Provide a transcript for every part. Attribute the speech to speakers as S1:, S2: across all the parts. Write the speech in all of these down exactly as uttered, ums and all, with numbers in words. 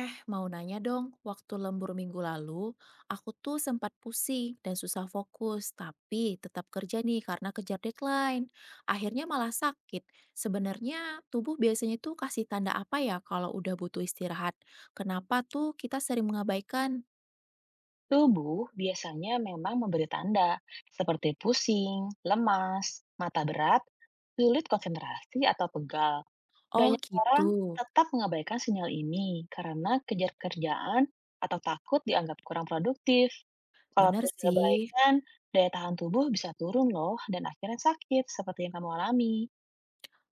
S1: Eh, mau nanya dong, waktu lembur minggu lalu, aku tuh sempat pusing dan susah fokus, tapi tetap kerja nih karena kejar deadline. Akhirnya malah sakit. Sebenarnya tubuh biasanya tuh kasih tanda apa ya kalau udah butuh istirahat? Kenapa tuh kita sering mengabaikan?
S2: Tubuh biasanya memang memberi tanda seperti pusing, lemas, mata berat, sulit konsentrasi atau pegal.
S1: Oh
S2: Banyak orang
S1: gitu,
S2: tetap mengabaikan sinyal ini karena kejar kerjaan atau takut dianggap kurang produktif. Kalau
S1: bener
S2: terus
S1: sih.
S2: diabaikan, daya tahan tubuh bisa turun loh dan akhirnya sakit seperti yang kamu alami.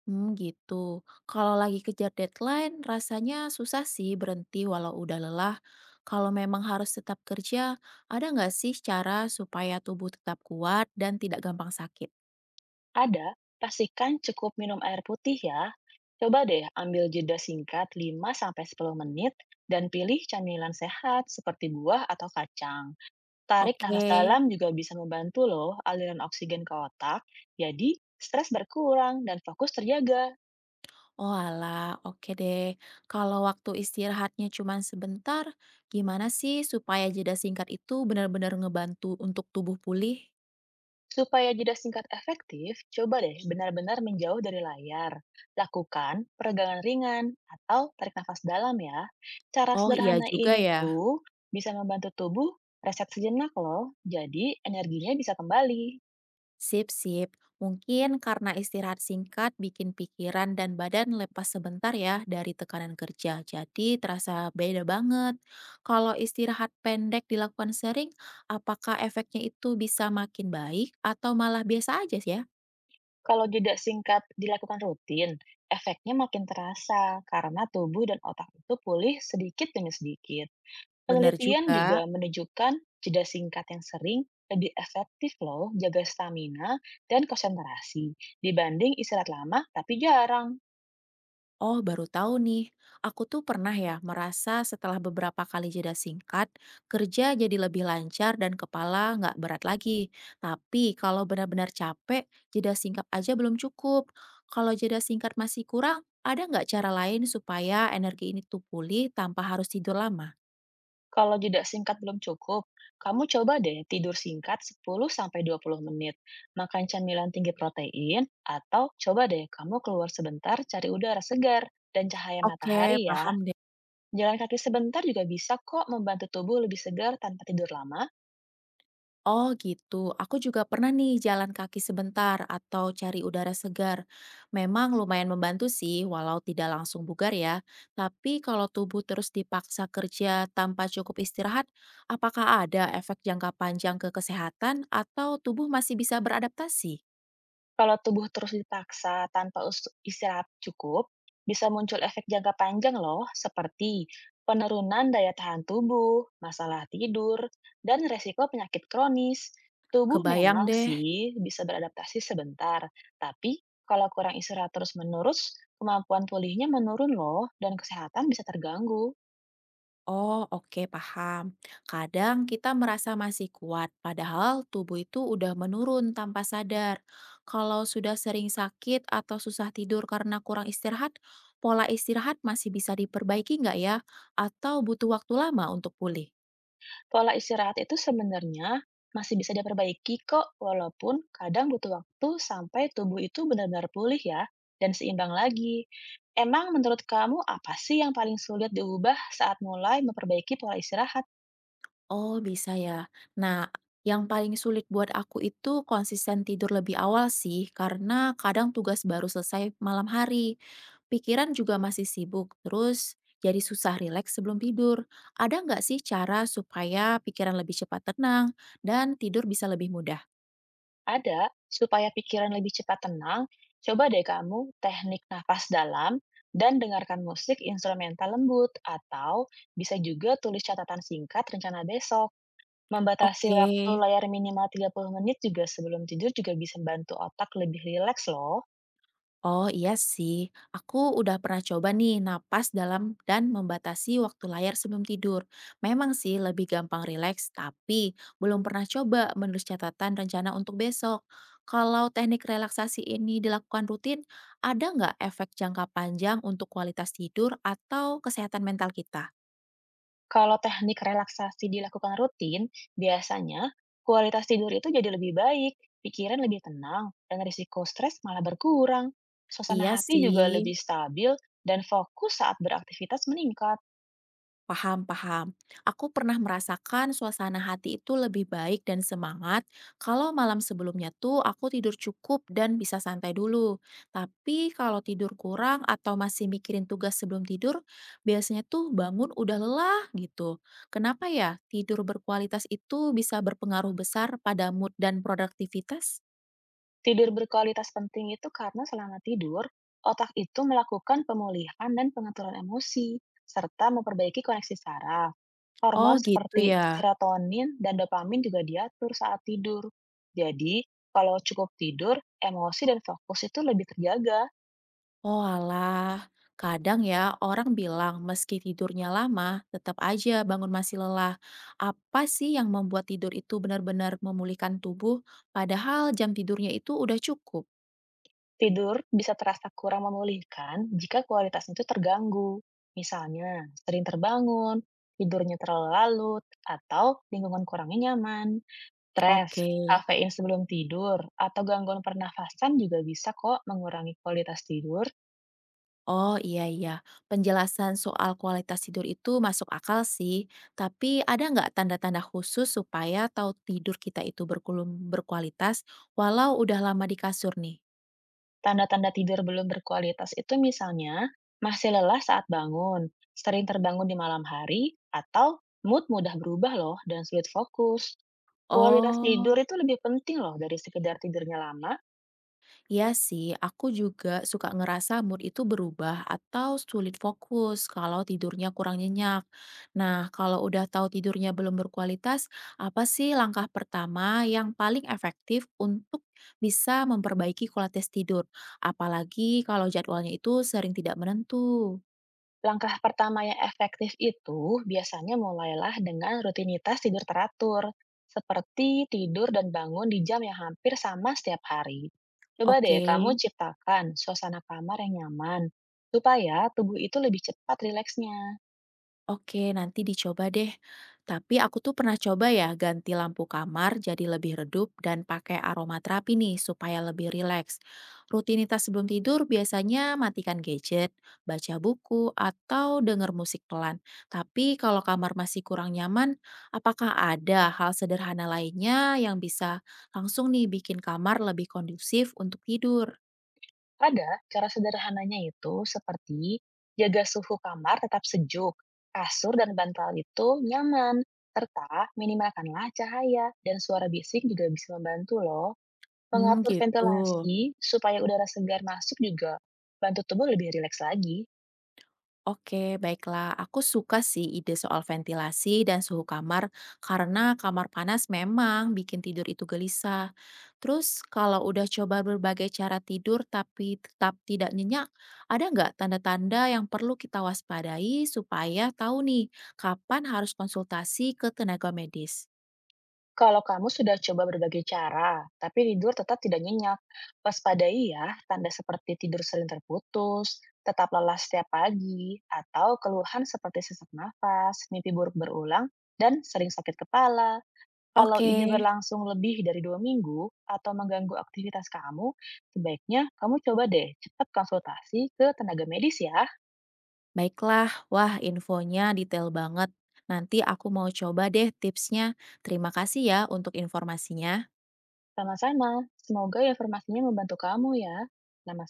S1: Hmm, gitu. Kalau lagi kejar deadline, rasanya susah sih berhenti walau udah lelah. Kalau memang harus tetap kerja, ada nggak sih cara supaya tubuh tetap kuat dan tidak gampang sakit?
S2: Ada, pastikan cukup minum air putih ya. Coba deh ambil jeda singkat lima sampai sepuluh menit dan pilih camilan sehat seperti buah atau kacang. Tarik
S1: Oke.
S2: nafas dalam juga bisa membantu loh aliran oksigen ke otak, jadi stres berkurang dan fokus terjaga.
S1: Oh alah, oke deh. Kalau waktu istirahatnya cuma sebentar, gimana sih supaya jeda singkat itu benar-benar ngebantu untuk tubuh pulih?
S2: Supaya jeda singkat efektif, coba deh benar-benar menjauh dari layar. Lakukan peregangan ringan atau tarik nafas dalam ya. Cara
S1: Oh iya
S2: sederhana
S1: juga
S2: ini
S1: ya.
S2: tuh bisa membantu tubuh reset sejenak loh, jadi energinya bisa kembali.
S1: Sip, sip. Mungkin karena istirahat singkat bikin pikiran dan badan lepas sebentar ya dari tekanan kerja. Jadi terasa beda banget. Kalau istirahat pendek dilakukan sering, apakah efeknya itu bisa makin baik atau malah biasa aja ya?
S2: Kalau jeda singkat dilakukan rutin, efeknya makin terasa karena tubuh dan otak itu pulih sedikit demi sedikit.
S1: Benar
S2: Penelitian
S1: juga.
S2: juga menunjukkan jeda singkat yang sering lebih efektif loh jaga stamina dan konsentrasi dibanding istirahat lama tapi jarang.
S1: Oh, baru tahu nih. Aku tuh pernah ya merasa setelah beberapa kali jeda singkat, kerja jadi lebih lancar dan kepala nggak berat lagi. Tapi kalau benar-benar capek, jeda singkat aja belum cukup. Kalau jeda singkat masih kurang, ada nggak cara lain supaya energi ini tuh pulih tanpa harus tidur lama?
S2: Kalau jeda singkat belum cukup, kamu coba deh tidur singkat sepuluh sampai dua puluh menit, makan camilan tinggi protein, atau coba deh kamu keluar sebentar cari udara segar dan cahaya
S1: Oke,
S2: matahari ya.
S1: paham.
S2: Jalan kaki sebentar juga bisa kok membantu tubuh lebih segar tanpa tidur lama.
S1: Oh gitu, aku juga pernah nih jalan kaki sebentar atau cari udara segar. Memang lumayan membantu sih, walau tidak langsung bugar ya. Tapi kalau tubuh terus dipaksa kerja tanpa cukup istirahat, apakah ada efek jangka panjang ke kesehatan atau tubuh masih bisa beradaptasi?
S2: Kalau tubuh terus dipaksa tanpa us- istirahat cukup, bisa muncul efek jangka panjang loh, seperti penurunan daya tahan tubuh, masalah tidur, dan resiko penyakit kronis. Tubuh
S1: Kebayang
S2: memang
S1: deh.
S2: sih bisa beradaptasi sebentar, tapi kalau kurang istirahat terus-menerus, kemampuan pulihnya menurun loh, dan kesehatan bisa terganggu.
S1: Oh, oke, paham. Kadang kita merasa masih kuat, padahal tubuh itu udah menurun tanpa sadar. Kalau sudah sering sakit atau susah tidur karena kurang istirahat, pola istirahat masih bisa diperbaiki nggak ya? Atau butuh waktu lama untuk pulih?
S2: Pola istirahat itu sebenarnya masih bisa diperbaiki kok, walaupun kadang butuh waktu sampai tubuh itu benar-benar pulih ya, dan seimbang lagi. Emang menurut kamu apa sih yang paling sulit diubah saat mulai memperbaiki pola istirahat?
S1: Oh, bisa ya. Nah, yang paling sulit buat aku itu konsisten tidur lebih awal sih, karena kadang tugas baru selesai malam hari. Pikiran juga masih sibuk, terus jadi susah rileks sebelum tidur. Ada nggak sih cara supaya pikiran lebih cepat tenang dan tidur bisa lebih mudah?
S2: Ada, supaya pikiran lebih cepat tenang, coba deh kamu teknik nafas dalam dan dengarkan musik instrumental lembut, atau bisa juga tulis catatan singkat rencana besok. Membatasi
S1: Oke.
S2: waktu layar minimal tiga puluh menit juga sebelum tidur juga bisa bantu otak lebih rileks loh.
S1: Oh iya sih, aku udah pernah coba nih napas dalam dan membatasi waktu layar sebelum tidur. Memang sih lebih gampang rileks, tapi belum pernah coba menulis catatan rencana untuk besok. Kalau teknik relaksasi ini dilakukan rutin, ada nggak efek jangka panjang untuk kualitas tidur atau kesehatan mental kita?
S2: Kalau teknik relaksasi dilakukan rutin, biasanya kualitas tidur itu jadi lebih baik, pikiran lebih tenang, dan risiko stres malah berkurang. Suasana
S1: Iya
S2: hati juga
S1: sih.
S2: lebih stabil dan fokus saat beraktivitas meningkat.
S1: Paham, paham. Aku pernah merasakan suasana hati itu lebih baik dan semangat kalau malam sebelumnya tuh aku tidur cukup dan bisa santai dulu. Tapi kalau tidur kurang atau masih mikirin tugas sebelum tidur, biasanya tuh bangun udah lelah gitu. Kenapa ya tidur berkualitas itu bisa berpengaruh besar pada mood dan produktivitas?
S2: Tidur berkualitas penting itu karena selama tidur, otak itu melakukan pemulihan dan pengaturan emosi, serta memperbaiki koneksi saraf.
S1: Oh
S2: Hormon
S1: gitu
S2: seperti
S1: ya.
S2: serotonin dan dopamin juga diatur saat tidur. Jadi, kalau cukup tidur, emosi dan fokus itu lebih terjaga.
S1: Oalah, kadang ya orang bilang meski tidurnya lama, tetap aja bangun masih lelah. Apa sih yang membuat tidur itu benar-benar memulihkan tubuh, padahal jam tidurnya itu udah cukup?
S2: Tidur bisa terasa kurang memulihkan jika kualitasnya itu terganggu. Misalnya, sering terbangun, tidurnya terlalu larut, atau lingkungan kurangnya nyaman. Stres,
S1: Oke.
S2: kafein sebelum tidur, atau gangguan pernafasan juga bisa kok mengurangi kualitas tidur.
S1: Oh iya iya, penjelasan soal kualitas tidur itu masuk akal sih. Tapi ada nggak tanda-tanda khusus supaya tahu tidur kita itu berkulum berkualitas walau udah lama di kasur nih?
S2: Tanda-tanda tidur belum berkualitas itu misalnya masih lelah saat bangun, sering terbangun di malam hari, atau mood mudah berubah loh dan sulit fokus. Kualitas
S1: Oh.
S2: tidur itu lebih penting loh dari sekedar tidurnya lama.
S1: Iya sih, aku juga suka ngerasa mood itu berubah atau sulit fokus kalau tidurnya kurang nyenyak. Nah, kalau udah tahu tidurnya belum berkualitas, apa sih langkah pertama yang paling efektif untuk bisa memperbaiki kualitas tidur? Apalagi kalau jadwalnya itu sering tidak menentu.
S2: Langkah pertama yang efektif itu biasanya mulailah dengan rutinitas tidur teratur, seperti tidur dan bangun di jam yang hampir sama setiap hari. Coba deh
S1: Oke.
S2: kamu ciptakan suasana kamar yang nyaman, supaya tubuh itu lebih cepat rileksnya.
S1: Oke, nanti dicoba deh. Tapi aku tuh pernah coba ya ganti lampu kamar jadi lebih redup dan pakai aromaterapi nih supaya lebih rileks. Rutinitas sebelum tidur biasanya matikan gadget, baca buku, atau denger musik pelan. Tapi kalau kamar masih kurang nyaman, apakah ada hal sederhana lainnya yang bisa langsung nih bikin kamar lebih kondusif untuk tidur?
S2: Ada cara sederhananya itu seperti jaga suhu kamar tetap sejuk, kasur dan bantal itu nyaman, serta minimalkanlah cahaya dan suara bising juga bisa membantu loh.
S1: Hmm,
S2: Mengatur
S1: gitu.
S2: ventilasi supaya udara segar masuk juga bantu tubuh lebih rileks lagi.
S1: Oke, baiklah. Aku suka sih ide soal ventilasi dan suhu kamar karena kamar panas memang bikin tidur itu gelisah. Terus kalau udah coba berbagai cara tidur tapi tetap tidak nyenyak, ada nggak tanda-tanda yang perlu kita waspadai supaya tahu nih kapan harus konsultasi ke tenaga medis?
S2: Kalau kamu sudah coba berbagai cara, tapi tidur tetap tidak nyenyak, waspadai ya tanda seperti tidur sering terputus, tetap lelah setiap pagi, atau keluhan seperti sesak nafas, mimpi buruk berulang, dan sering sakit kepala. Kalau
S1: Oke,
S2: ini berlangsung lebih dari dua minggu atau mengganggu aktivitas kamu, sebaiknya kamu coba deh cepat konsultasi ke tenaga medis ya.
S1: baiklah. Wah, infonya detail banget. Nanti aku mau coba deh tipsnya. Terima kasih ya untuk informasinya.
S2: Sama-sama, semoga ya informasinya membantu kamu ya. Nama